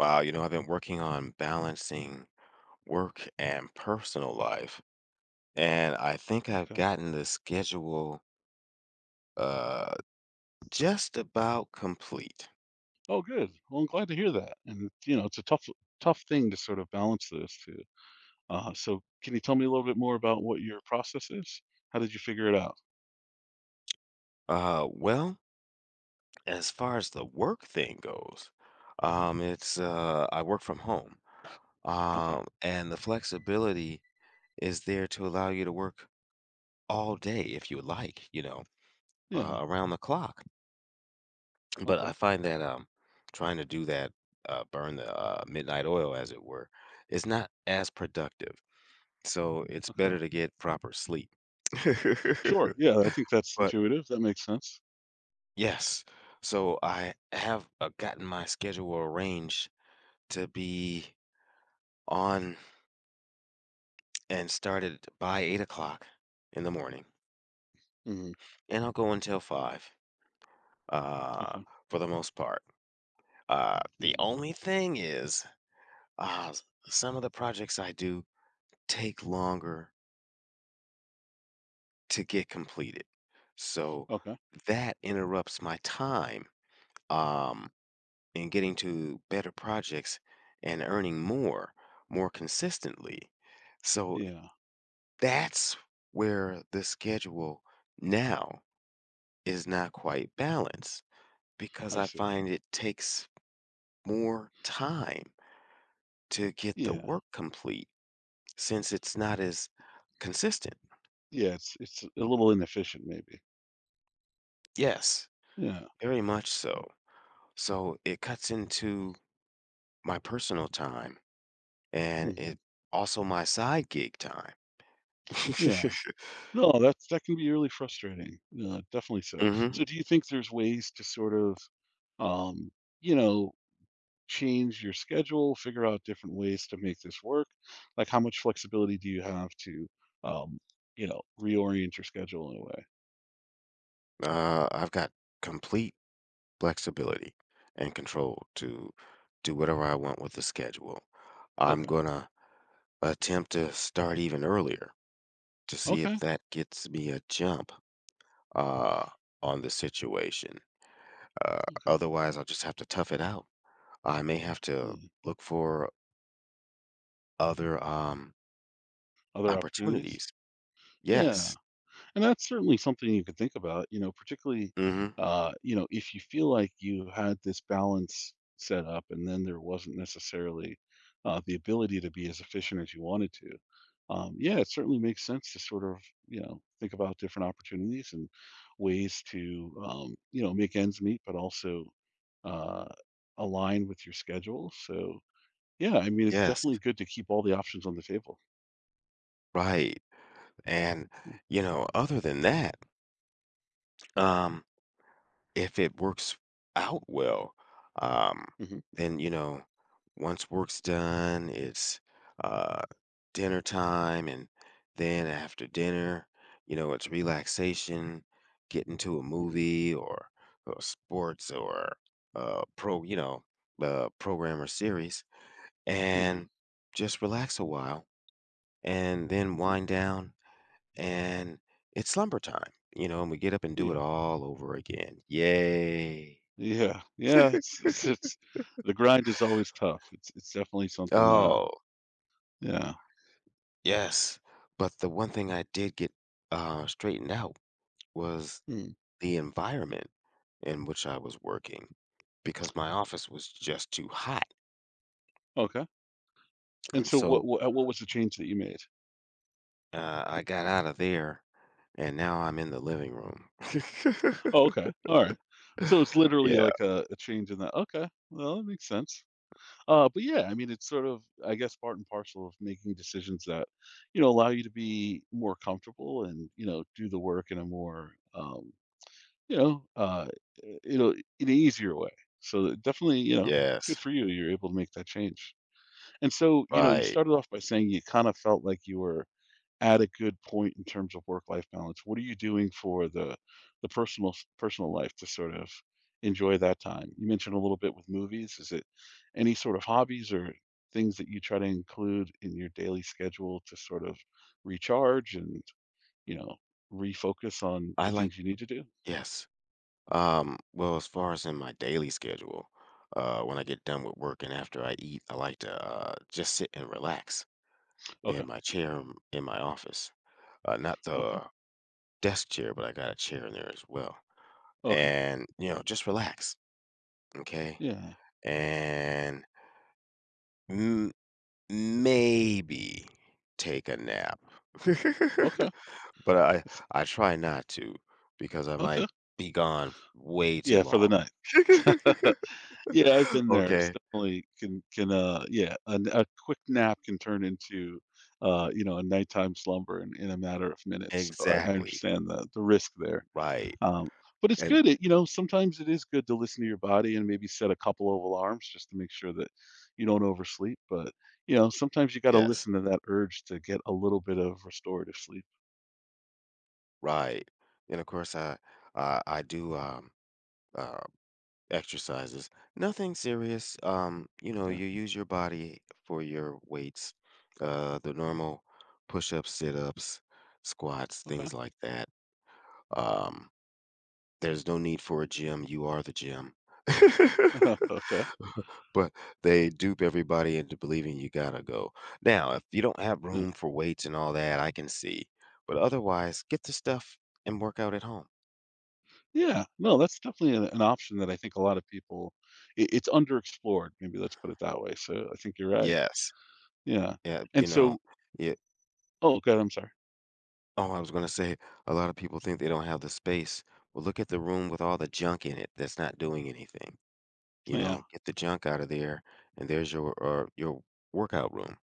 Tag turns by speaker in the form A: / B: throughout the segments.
A: Wow, you know, I've been working on balancing work and personal life, and I think I've
B: Okay.
A: gotten the schedule uh just about complete.
B: Oh, good. Well, I'm glad to hear that. And you know, it's a tough, tough thing to sort of balance those two. So, can you tell me a little bit more about what your process is? How did you figure it out?
A: Well, as far as the work thing goes, it's I work from home.
B: Okay.
A: And the flexibility is there to allow you to work all day if you like, you know,
B: Yeah.
A: around the clock. But I
B: Okay.
A: find that, trying to do that, burn the, midnight oil, as it were, is not as productive, so it's better
B: Okay.
A: to get proper sleep.
B: Sure. Yeah. I think that's
A: But
B: intuitive. That makes sense.
A: yes, so I have, gotten my schedule arranged to be on and started by 8 o'clock in the morning,
B: Hmm.
A: and I'll go until 5, uh,
B: Okay.
A: for the most part. The
B: Yeah.
A: only thing is, s some of the projects I do take longer to get completed. So
B: Okay.
A: that interrupts my time um, in getting to better projects and earning more consistently. So
B: Yeah.
A: that's where the schedule now is not quite balanced because
B: I
A: I
B: see.
A: find it takes more time to get the
B: Yeah.
A: work complete since it's not as consistent.
B: Yeah. It's a little inefficient, maybe.
A: Yes,
B: Yeah.
A: very much so. So it cuts into my personal time and
B: Hmm.
A: it also my side gig time.
B: Yeah. No, that can be really frustrating. Yeah, definitely so.
A: Mhm.
B: So, do you think there's ways to sort of um, you know, change your schedule, figure out different ways to make this work? Like, how much flexibility do you have to, um, reorient your schedule in a way?
A: I've got complete flexibility and control to do whatever I want with the schedule. I'm
B: Okay.
A: gonna attempt to start even earlier to see if
B: Okay.
A: that gets me a jump uh, on the situation. Uh,
B: Okay.
A: otherwise, I'll just have to tough it out. I may have to
B: Hmm.
A: look for other
B: Other opportunities?
A: opportunities.
B: Yeah.
A: Yes.
B: And that's certainly something you could think about, you know, particularly,
A: Hmm.
B: if you feel like you had this balance set up and then there wasn't necessarily the ability to be as efficient as you wanted to. Yeah, it certainly makes sense to sort of, think about different opportunities and ways to, make ends meet, but also uh, align with your schedule. So, yeah, I mean, it's
A: Yes.
B: definitely good to keep all the options on the table.
A: Right, and,
B: Mm,
A: you know, other than that, um, if it works out well, um,
B: mhm,
A: then, you know, once work's done, it's, uh, dinner time, and then after dinner, you know, it's relaxation, getting to a
B: mhm.
A: movie or sports or, uh, pro you know, program or series,
B: Yeah,
A: and just relax a while, and then
B: mm,
A: wind down and it's slumber time, you know, and we get up and do it
B: yeah.
A: all over again. Yay.
B: Yeah, yeah, it's the grind is always tough. It's definitely something,
A: Oh,
B: yeah.
A: yes. But the one thing I did get straightened out was
B: Hmm,
A: the environment in which I was working because my office was just too hot.
B: okay. And
A: And
B: so
A: so
B: what was the change that you made?
A: I got out of there and now I'm in the living room.
B: Oh, okay, alright. So it's literally
A: Yeah.
B: like a change in that okay, well, that makes sense. But yeah, I mean, it's sort of, I guess, part and parcel of making decisions that, allow you to be more comfortable and, do the work in a more, you know, uh, you know, in an easier way. So that definitely, it's good
A: Yes.
B: for you. You're able to make that change. And so, you
A: Right.
B: started off by saying you kind of felt like you were at a good point in terms of work-life balance. What are you doing for the personal life to sort of enjoy that time? You mentioned a little bit with movies. Is it any sort of hobbies or things that you try to include in your daily schedule to sort of recharge and, you know, refocus on
A: I
B: the
A: like,
B: things you need to do?
A: yes. Well, as far as in my daily schedule, when I get done with work and after I eat, I like to just sit and relax in
B: Okay.
A: my chair in my office. Not
B: Okay.
A: the desk chair, but I got a chair in there as well.
B: Okay.
A: And, you know, just relax, okay?
B: Yeah.
A: And m maybe take a nap.
B: Okay.
A: But I
B: That's-
A: I try not to because I might
B: Okay.
A: be gone way too
B: Yeah, for
A: long.
B: the night. Yeah, I've been there. It's
A: Okay.
B: definitely can, yeah, a quick nap can turn into, a nighttime slumber in a matter of minutes, so I
A: Exactly,
B: understand the risk there.
A: right,
B: Um, but it's
A: and
B: good, sometimes it is good to listen to your body and maybe set a couple of alarms just to make sure that you don't oversleep, but, sometimes you gotta
A: yes,
B: listen to that urge to get a little bit of restorative sleep.
A: right, and of course, I do, uh, exercises. Nothing serious, you know,
B: Okay.
A: you use your body for your weights, the normal push-ups, sit-ups, squats,
B: Okay.
A: things like that, um there's no need for a gym, you are the gym.
B: Okay.
A: But they dupe everybody into believing you gotta go. Now, if you don't have room for weights and all that, I can see, but otherwise, get the stuff and work out at home.
B: Yeah, no, that's definitely an option that I think a lot of people it's underexplored, maybe let's put it that way, so I think you're right.
A: Yes.
B: Yeah,
A: Yeah,
B: and
A: you know, yeah,
B: oh, God, I'm sorry.
A: oh, I was gonna say, a lot of people think they don't have the space. Well, look at the room with all the junk in it that's not doing anything, you
B: Yeah.
A: know? Get the junk out of there, and there's your, workout room.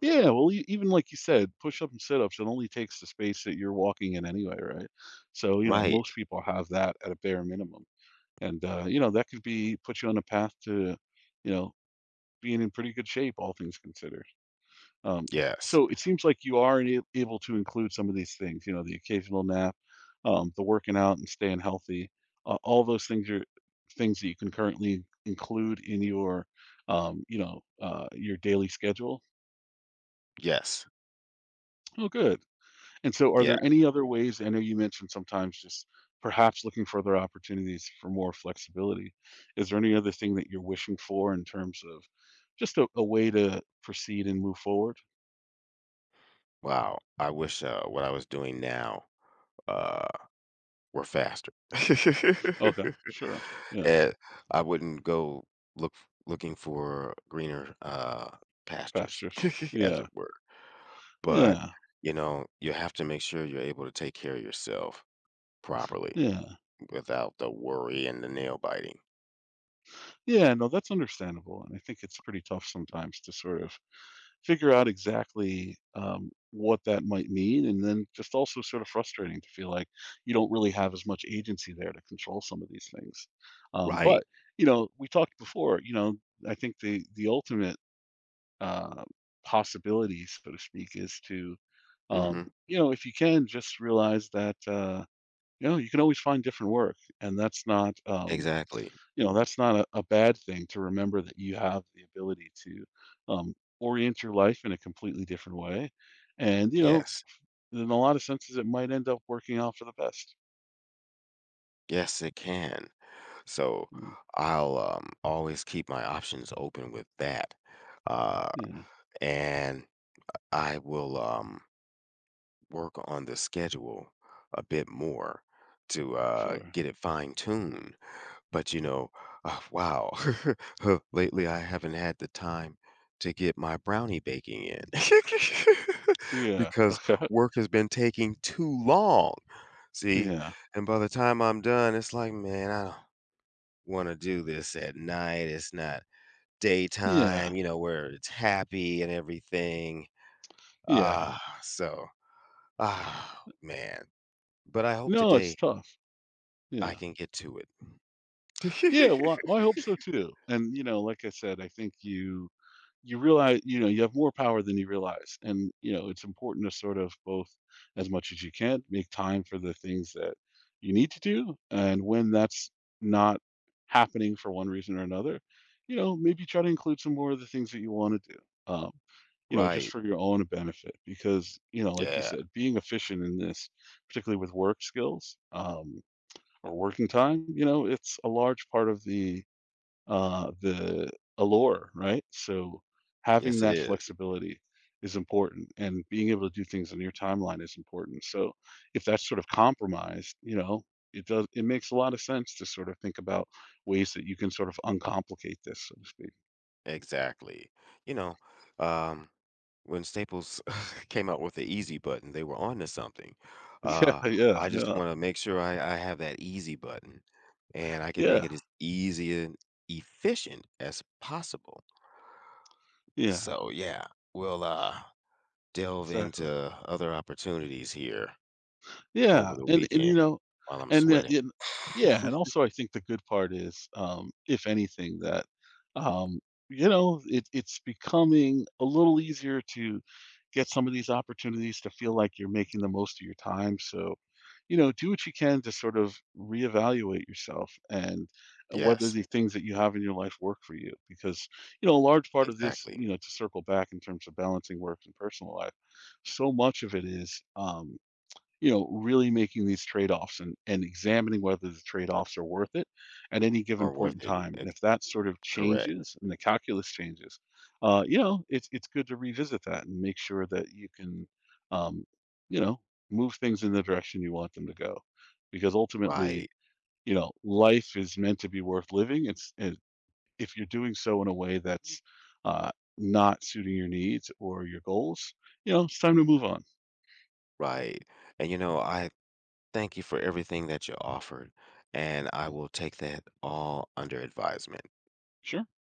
B: Yeah, well, e even like you said, push-up and sit-ups, it only takes the space that you're walking in anyway, right? So,
A: Right.
B: most people have that at a bare minimum, and, that could be put you on a path to, you know, being in pretty good shape, all things considered. Um,
A: Yes.
B: so it seems like you are able to include some of these things, you know, the occasional nap, the working out and staying healthy. All those things are things that you can currently include in your daily schedule.
A: Yes.
B: Oh, good. And so, are
A: Yeah.
B: there any other ways? I know you mentioned sometimes just perhaps looking for other opportunities for more flexibility. Is there any other thing that you're wishing for in terms of just a way to proceed and move forward?
A: Wow, I wish, what I was doing now, uh, were faster.
B: Okay, sure. Yeah.
A: And I wouldn't go looking for greener, pastures,
B: Pastures.
A: as it
B: Yeah.
A: were, but,
B: Yeah.
A: you know, you have to make sure you're able to take care of yourself properly
B: Yeah.
A: without the worry and the nail biting.
B: Yeah, no, that's understandable, and I think it's pretty tough sometimes to sort of figure out exactly, what that might mean, and then just also sort of frustrating to feel like you don't really have as much agency there to control some of these things.
A: Right,
B: But, we talked before, I think the ultimate, uh, possibility, so to speak, is to,
A: mhm,
B: if you can, just realize that, you can always find different work, and
A: exactly,
B: that's not a bad thing to remember that you have the ability to um, orient your life in a completely different way. And,
A: yes.
B: in a lot of senses, it might end up working out for the best.
A: Yes, it can. So,
B: Mm,
A: I'll, always keep my options open with that, uh
B: yeah,
A: and I will work on the schedule a bit more to
B: sure.
A: get it fine tuned. But you know, wow, huh, lately I haven't had the time to get my brownie baking in
B: Yeah.
A: because
B: Okay.
A: work has been taking too long. See,
B: Yeah.
A: and by the time I'm done, it's like, man, I don't want to do this at night. It's not daytime,
B: Yeah.
A: you know, where it's happy and everything.
B: Yeah.
A: Ah, so, ah, man. But I hope
B: No, it's
A: today
B: tough.
A: I
B: Yeah.
A: can get to it.
B: Yeah. Well, I hope so too. And, like I said, I think you realize you have more power than you realize and it's important to sort of both as much as you can make time for the things that you need to do and when that's not happening for one reason or another maybe try to include some more of the things that you want to do um, just
A: Right.
B: for your own benefit because like you
A: Yeah.
B: said being efficient in this particularly with work skills or working time it's a large part of the allure, right? So having
A: Yes, it
B: that
A: is.
B: flexibility is important, and being able to do things on your timeline is important. So if that's sort of compromised, it makes a lot of sense to sort of think about ways that you can sort of uncomplicate this, so to speak.
A: Exactly. You know, um, when Staples came out with the easy button, they were on to something.
B: Yeah,
A: Uh, I
B: yeah,
A: just
B: yeah,
A: want to make sure I have that easy button and I can make
B: yeah,
A: it as easy and efficient as possible.
B: yeah,
A: So, yeah, we'll delve into
B: exactly.
A: other opportunities here
B: Yeah,
A: over the
B: and,
A: weekend.
B: you know,
A: While I'm
B: and the
A: sweating.
B: and yeah, and also I think the good part is, if anything, that, um, it's becoming a little easier to get some of these opportunities to feel like you're making the most of your time, so, do what you can to sort of reevaluate yourself and whether
A: Yes,
B: the things that you have in your life work for you, because, a large part of this,
A: exactly.
B: to circle back in terms of balancing work and personal life, so much of it is, really making these trade-offs and examining whether the trade-offs are worth it at any given
A: More
B: point in
A: worth it.
B: time. And
A: Ex
B: if that sort of
A: Correct.
B: changes and the calculus changes, it's good to revisit that and make sure that you can, um, you know, move things in the direction you want them to go, because
A: Right,
B: ultimately, life is meant to be worth living. It's and if you're doing so in a way that's uh, not suiting your needs or your goals, it's time to move on.
A: right. And, you know, I thank you for everything that you offered, and I
B: Mm.
A: will take that all under advisement.
B: Sure.